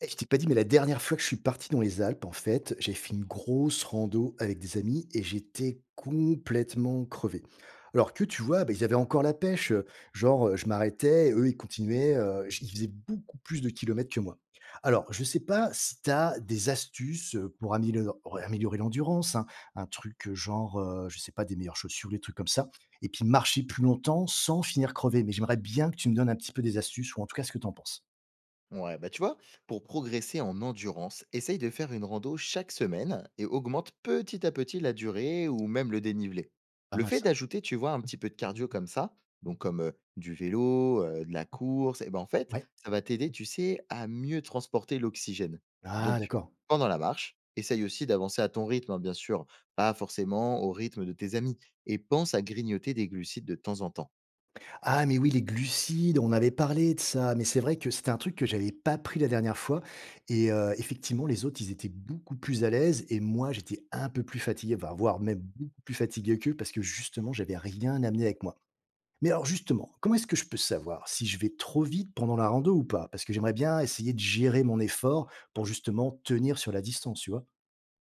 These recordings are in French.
Et je t'ai pas dit, mais la dernière fois que je suis parti dans les Alpes, en fait, j'ai fait une grosse rando avec des amis et j'étais complètement crevé. Alors que tu vois, bah, ils avaient encore la pêche. Genre, je m'arrêtais, eux, ils continuaient. Ils faisaient beaucoup plus de kilomètres que moi. Alors, je sais pas si tu as des astuces pour améliorer l'endurance, hein, un truc genre, je sais pas, des meilleures chaussures, des trucs comme ça, et puis marcher plus longtemps sans finir crevé. Mais j'aimerais bien que tu me donnes un petit peu des astuces, ou en tout cas ce que tu en penses. Ouais, bah tu vois, pour progresser en endurance, essaye de faire une rando chaque semaine et augmente petit à petit la durée ou même le dénivelé. Pas Le mal fait ça. d'ajouter, tu vois, un petit peu de cardio comme ça, donc comme du vélo, de la course, et ben en fait, Ouais. ça va t'aider, tu sais, à mieux transporter l'oxygène. Ah Donc, d'accord. pendant la marche, essaye aussi d'avancer à ton rythme, hein, bien sûr, pas forcément au rythme de tes amis, et pense à grignoter des glucides de temps en temps. Ah mais oui, les glucides, on avait parlé de ça, mais c'est vrai que c'était un truc que j'avais pas pris la dernière fois et effectivement, les autres, ils étaient beaucoup plus à l'aise et moi, j'étais un peu plus fatigué, enfin, voire même beaucoup plus fatigué qu'eux parce que justement, j'avais rien amené avec moi. Mais alors justement, comment est-ce que je peux savoir si je vais trop vite pendant la rando ou pas? Parce que j'aimerais bien essayer de gérer mon effort pour justement tenir sur la distance, tu vois?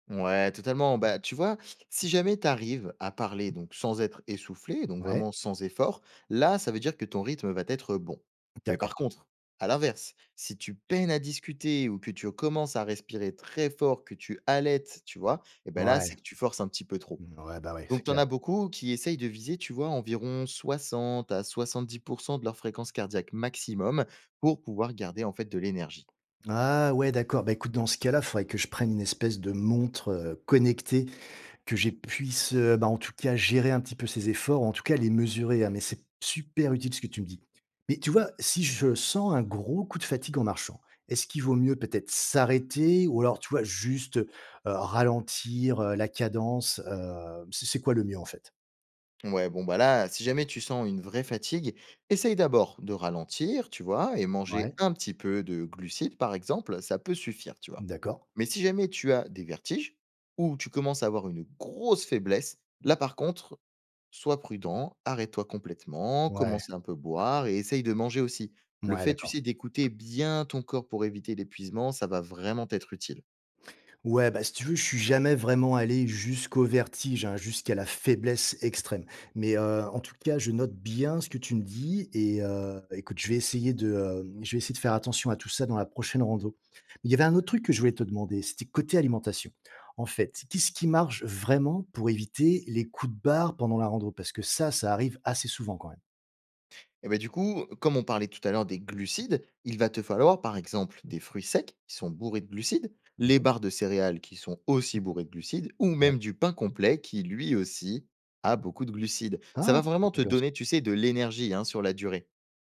Ouais, totalement. Bah, tu vois, si jamais tu arrives à parler donc sans être essoufflé, donc Ouais, vraiment sans effort, là, ça veut dire que ton rythme va être bon. Mais d'accord. par contre, à l'inverse, si tu peines à discuter ou que tu commences à respirer très fort, que tu halètes, tu vois, et ben là, c'est Ouais, que tu forces un petit peu trop. mmh, ouais, bah, ouais, c'est Donc, tu en clair. as beaucoup qui essayent de viser, tu vois, environ 60 à 70% de leur fréquence cardiaque maximum pour pouvoir garder en fait de l'énergie. Ah ouais, d'accord. Bah, écoute, dans ce cas-là, il faudrait que je prenne une espèce de montre connectée, que je puisse, bah, en tout cas, gérer un petit peu ses efforts, en tout cas, les mesurer. Hein. Mais c'est super utile ce que tu me dis. Mais tu vois, si je sens un gros coup de fatigue en marchant, est-ce qu'il vaut mieux peut-être s'arrêter ou alors, tu vois, juste ralentir la cadence, c'est quoi le mieux en fait? Ouais, bon, bah là, si jamais tu sens une vraie fatigue, essaye d'abord de ralentir, tu vois, et manger Ouais, un petit peu de glucides, par exemple, ça peut suffire, tu vois. d'accord. Mais si jamais tu as des vertiges ou tu commences à avoir une grosse faiblesse, là, par contre, sois prudent, arrête-toi complètement, Ouais, commence à un peu boire et essaye de manger aussi. Le ouais, fait, tu d'accord. sais, d'écouter bien ton corps pour éviter l'épuisement, ça va vraiment t'être utile. Ouais, bah, si tu veux, je suis jamais vraiment allé jusqu'au vertige, hein, jusqu'à la faiblesse extrême. Mais en tout cas, je note bien ce que tu me dis et écoute, je vais essayer de faire attention à tout ça dans la prochaine rando. Mais il y avait un autre truc que je voulais te demander, c'était côté alimentation. En fait, qu'est-ce qui marche vraiment pour éviter les coups de barre pendant la rando? Parce que ça arrive assez souvent quand même. Et ben du coup, comme on parlait tout à l'heure des glucides, il va te falloir par exemple des fruits secs qui sont bourrés de glucides, les Mmh. barres de céréales qui sont aussi bourrées de glucides, ou Ouais. même du pain complet qui lui aussi a beaucoup de glucides. Ça Ah! va Pas vraiment te donner, compréhensible. tu sais, de l'énergie hein, sur la durée.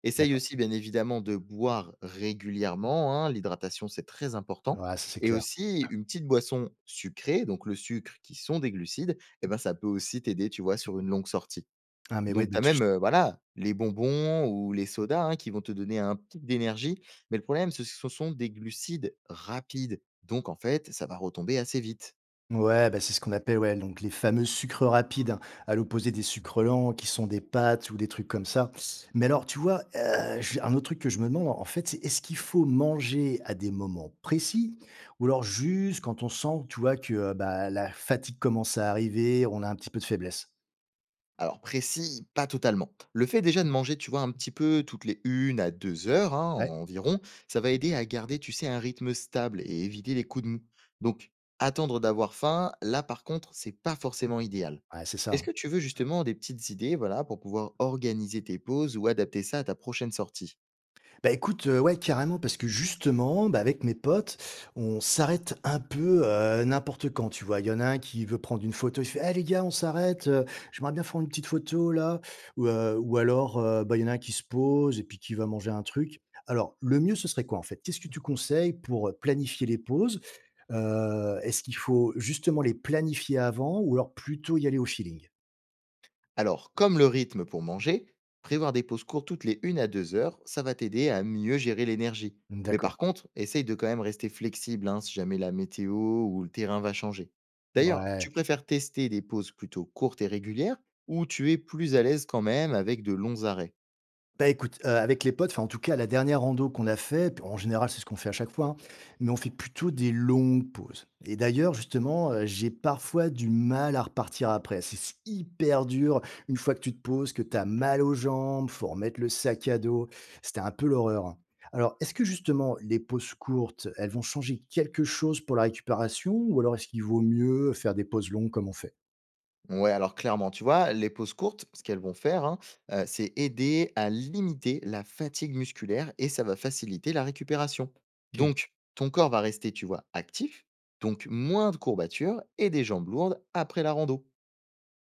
Essaye D'accord. aussi bien évidemment de boire régulièrement, hein, l'hydratation c'est très important, Ouais, ça c'est et clair. aussi une petite boisson sucrée, donc le sucre qui sont des glucides, et ben ça peut aussi t'aider, tu vois, sur une longue sortie. Ah mais ouais, Donc tu mais as tu… même, voilà, les bonbons ou les sodas, hein, qui vont te donner un pic d'énergie, mais le problème, ce sont des glucides rapides, donc en fait, ça va retomber assez vite. Ouais, bah, c'est ce qu'on appelle ouais, donc les fameux sucres rapides, hein, à l'opposé des sucres lents qui sont des pâtes ou des trucs comme ça. Mais alors, tu vois, un autre truc que je me demande, en fait, c'est, est-ce qu'il faut manger à des moments précis ou alors juste quand on sent, tu vois, que bah, la fatigue commence à arriver, on a un petit peu de faiblesse? Alors précis, pas totalement. Le fait déjà de manger, tu vois, un petit peu toutes les une à 2 heures, hein, Ouais, environ, ça va aider à garder, tu sais, un rythme stable et éviter les coups de mou. Donc attendre d'avoir faim, là, par contre, c'est pas forcément idéal. ouais, c'est ça. Est-ce Hein. que tu veux justement des petites idées, voilà, pour pouvoir organiser tes pauses ou adapter ça à ta prochaine sortie? Bah, écoute, ouais, carrément, parce que justement, bah, avec mes potes, on s'arrête un peu, n'importe quand, tu vois? Il y en a un qui veut prendre une photo, il fait: «Eh les gars, on s'arrête, j'aimerais bien faire une petite photo là» ou alors, bah, il y en a un qui se pose et puis qui va manger un truc. Alors, le mieux, ce serait quoi en fait? Qu'est-ce que tu conseilles pour, planifier les pauses? Est-ce qu'il faut justement les planifier avant ou alors plutôt y aller au feeling? Alors, comme le rythme pour manger, prévoir des pauses courtes toutes les une à 2 heures, ça va t'aider à mieux gérer l'énergie. Mais par D'accord. contre, essaye de quand même rester flexible hein, si jamais la météo ou le terrain va changer. D'ailleurs, tu Ouais. préfères tester des pauses plutôt courtes et régulières ou tu es plus à l'aise quand même avec de longs arrêts? Bah, écoute, avec les potes, enfin, en tout cas, la dernière rando qu'on a fait, puis en général, c'est ce qu'on fait à chaque fois, hein, mais on fait plutôt des longues pauses et d'ailleurs, justement, j'ai parfois du mal à repartir après. C'est hyper dur une fois que tu te poses, que tu as mal aux jambes, faut remettre le sac à dos. C'était un peu l'horreur, hein. Alors, est-ce que justement les pauses courtes, elles vont changer quelque chose pour la récupération ou alors est-ce qu'il vaut mieux faire des pauses longues comme on fait? Ouais, alors clairement, tu vois, les pauses courtes, ce qu'elles vont faire, hein, c'est aider à limiter la fatigue musculaire et ça va faciliter la récupération. Donc, ton corps va rester, tu vois, actif, donc moins de courbatures et des jambes lourdes après la rando.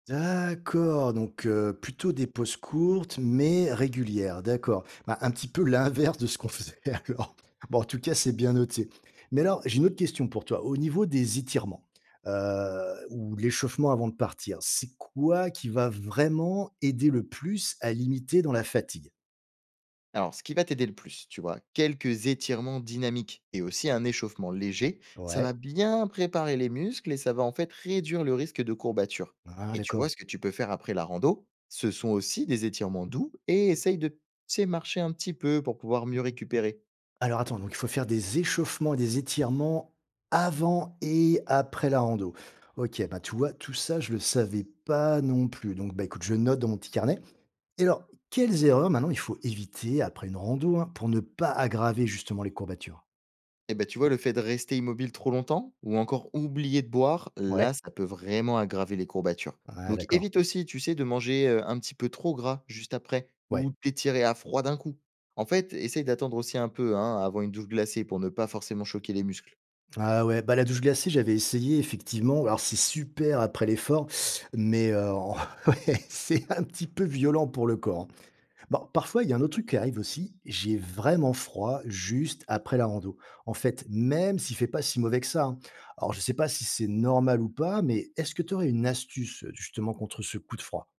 D'accord, donc plutôt des pauses courtes mais régulières, d'accord. Bah, un petit peu l'inverse de ce qu'on faisait alors. Bon, en tout cas, c'est bien noté. Mais alors, j'ai une autre question pour toi. Au niveau des étirements, ou l'échauffement avant de partir, c'est quoi qui va vraiment aider le plus à limiter dans la fatigue? Alors, ce qui va t'aider le plus, tu vois, quelques étirements dynamiques et aussi un échauffement léger, ça Ouais. va bien préparer les muscles et ça va en fait réduire le risque de courbature. Ah Et tu d'accord. vois, ce que tu peux faire après la rando, ce sont aussi des étirements doux et essaye de tu sais, marcher un petit peu pour pouvoir mieux récupérer. Alors attends, donc il faut faire des échauffements et des étirements avant et après la rando. Ok, bah tu vois, tout ça, je le savais pas non plus. Donc bah écoute, je note dans mon petit carnet. Et alors, quelles erreurs maintenant il faut éviter après une rando hein, pour ne pas aggraver justement les courbatures? Et ben tu vois, le fait de rester immobile trop longtemps ou encore oublier de boire, Ouais. là, ça peut vraiment aggraver les courbatures. Ah Donc d'accord. évite aussi, tu sais, de manger un petit peu trop gras juste après Ouais. ou t'étirer à froid d'un coup. En fait, essaye d'attendre aussi un peu hein, avant une douche glacée pour ne pas forcément choquer les muscles. Ah ouais, bah la douche glacée, j'avais essayé effectivement. Alors c'est super après l'effort, mais ouais, c'est un petit peu violent pour le corps. Hein. Bon, parfois, il y a un autre truc qui arrive aussi. J'ai vraiment froid juste après la rando. En fait, même s'il fait pas si mauvais que ça. Hein. Alors, je sais pas si c'est normal ou pas, mais est-ce que tu aurais une astuce justement contre ce coup de froid?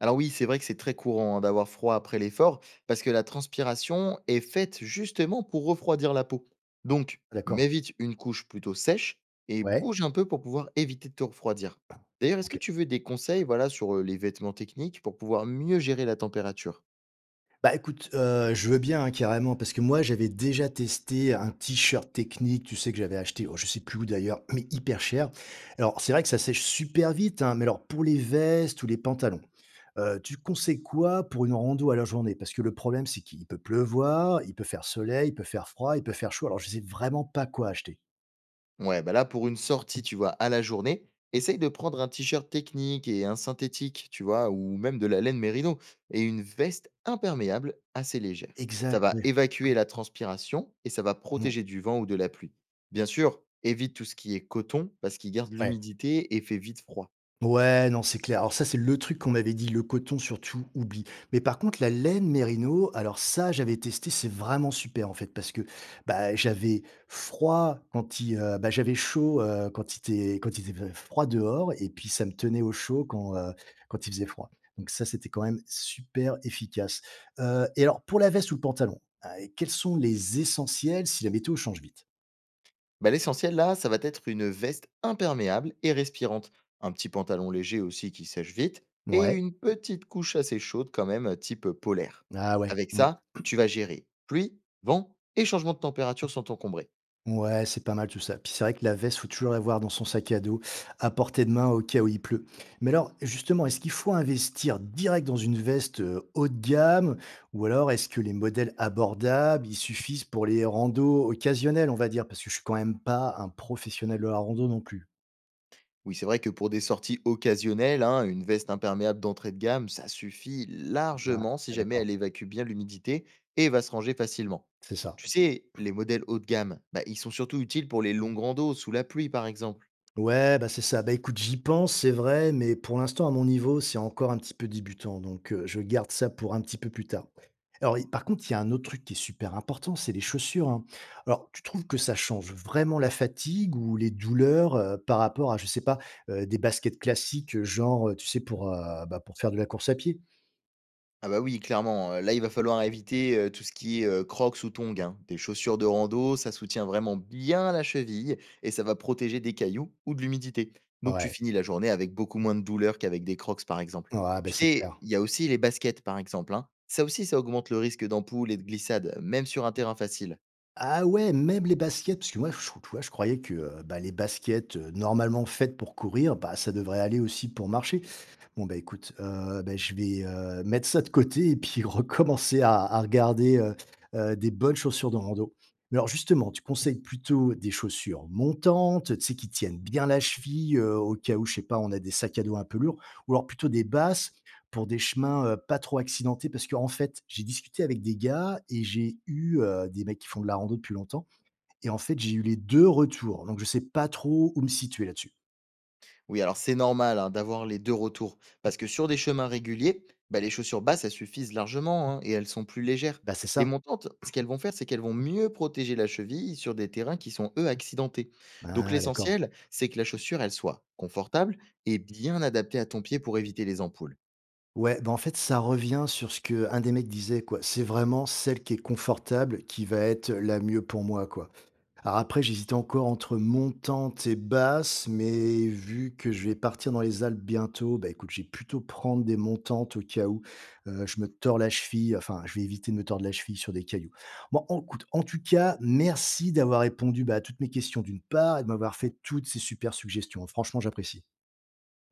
Alors oui, c'est vrai que c'est très courant hein, d'avoir froid après l'effort, parce que la transpiration est faite justement pour refroidir la peau. Donc, D'accord. mets vite une couche plutôt sèche et Ouais. bouge un peu pour pouvoir éviter de te refroidir. D'ailleurs, est-ce Ok. que tu veux des conseils voilà, sur les vêtements techniques pour pouvoir mieux gérer la température? Bah écoute, je veux bien hein, carrément, parce que moi j'avais déjà testé un t-shirt technique, tu sais que j'avais acheté, oh, je sais plus où d'ailleurs, mais hyper cher. Alors c'est vrai que ça sèche super vite, hein, mais alors pour les vestes ou les pantalons. Tu conseilles quoi pour une rando à la journée? Parce que le problème, c'est qu'il peut pleuvoir, il peut faire soleil, il peut faire froid, il peut faire chaud. Alors je sais vraiment pas quoi acheter. Ouais, bah là, pour une sortie, tu vois, à la journée, essaye de prendre un t-shirt technique et un synthétique, tu vois, ou même de la laine mérino, et une veste imperméable assez légère. Ça Exact, va oui. évacuer la transpiration et ça va Mmh, protéger du vent ou de la pluie. Bien sûr, évite tout ce qui est coton parce qu'il garde ouais. l'humidité et fait vite froid. Ouais, non, c'est clair. Alors ça, c'est le truc qu'on m'avait dit, le coton surtout, oublie. Mais par contre, la laine mérino, alors ça, j'avais testé, c'est vraiment super en fait, parce que bah, j'avais froid quand il, bah, j'avais chaud, quand il était froid dehors, et puis ça me tenait au chaud quand il faisait froid. Donc ça, c'était quand même super efficace. Et alors pour la veste ou le pantalon, quels sont les essentiels si la météo change vite? Bah, l'essentiel là, ça va être une veste imperméable et respirante, un petit pantalon léger aussi qui sèche vite, et Ouais. une petite couche assez chaude quand même, type polaire. Ah ouais. Avec ça, tu vas gérer pluie, vent et changement de température sans t'encombrer. Ouais, c'est pas mal tout ça. Puis c'est vrai que la veste, faut toujours l'avoir dans son sac à dos, à portée de main au cas où il pleut. Mais alors, justement, est-ce qu'il faut investir direct dans une veste haut de gamme, ou alors est-ce que les modèles abordables, ils suffisent pour les randos occasionnels, on va dire, parce que je suis quand même pas un professionnel de la rando non plus. Oui, c'est vrai que pour des sorties occasionnelles, hein, une veste imperméable d'entrée de gamme, ça suffit Ah, largement si jamais d'accord, elle évacue bien l'humidité et va se ranger facilement. c'est ça. Tu sais, les modèles haut de gamme, bah, ils sont surtout utiles pour les longues randos sous la pluie par exemple. Ouais, bah, c'est ça. Bah, écoute, j'y pense, c'est vrai, mais pour l'instant, à mon niveau, c'est encore un petit peu débutant, donc je garde ça pour un petit peu plus tard. Alors et par contre, il y a un autre truc qui est super important, c'est les chaussures, hein. Alors, tu trouves que ça change vraiment la fatigue ou les douleurs, par rapport à, je sais pas, des baskets classiques, genre, tu sais, pour, bah, pour faire de la course à pied? Ah bah oui, clairement, là, il va falloir éviter, tout ce qui est, crocs ou tongs, hein. Des chaussures de rando, ça soutient vraiment bien la cheville et ça va protéger des cailloux ou de l'humidité. Donc tu Ouais, finis la journée avec beaucoup moins de douleur qu'avec des crocs, par exemple. ouais, bah, Tu c'est sais, clair. il y a aussi les baskets, par exemple, hein. Ça aussi, ça augmente le risque d'ampoule et de glissade, même sur un terrain facile. Ah ouais, même les baskets? Parce que moi, je tu vois, je croyais que, bah, les baskets, normalement faites pour courir, bah, ça devrait aller aussi pour marcher. Bon bah écoute, bah, je vais, mettre ça de côté et puis recommencer à regarder, des bonnes chaussures de rando. Mais alors justement, tu conseilles plutôt des chaussures montantes, tu sais, qui tiennent bien la cheville, au cas où, je sais pas, on a des sacs à dos un peu lourds ou alors plutôt des basses pour des chemins, pas trop accidentés? Parce qu'en fait, j'ai discuté avec des gars et j'ai eu, des mecs qui font de la rando depuis longtemps et en fait, j'ai eu les 2 retours, donc je sais pas trop où me situer là-dessus. Oui, alors c'est normal hein, d'avoir les deux retours, parce que sur des chemins réguliers, bah, les chaussures basses, elles suffisent largement hein, et elles sont plus légères. Bah, c'est Les ça? montantes, ce qu'elles vont faire, c'est qu'elles vont mieux protéger la cheville sur des terrains qui sont, eux, accidentés. Donc Ah d'accord. l'essentiel, c'est que la chaussure, elle soit confortable et bien adaptée à ton pied pour éviter les ampoules. Ouais, bah, en fait, ça revient sur ce que un des mecs disait, quoi. C'est vraiment celle qui est confortable qui va être la mieux pour moi, quoi. Alors après, j'hésitais encore entre montante et basse, mais vu que je vais partir dans les Alpes bientôt, bah écoute, j'ai plutôt prendre des montantes au cas où je me tords la cheville. Enfin, je vais éviter de me tordre la cheville sur des cailloux. Bon, écoute, en tout cas, merci d'avoir répondu bah, à toutes mes questions d'une part et de m'avoir fait toutes ces super suggestions. Franchement, j'apprécie.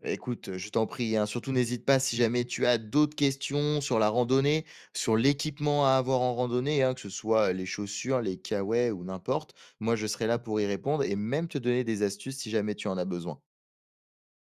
Bah, écoute, je t'en prie, hein. Surtout, n'hésite pas si jamais tu as d'autres questions sur la randonnée, sur l'équipement à avoir en randonnée, hein, que ce soit les chaussures, les caouets ou n'importe. Moi, je serai là pour y répondre et même te donner des astuces si jamais tu en as besoin.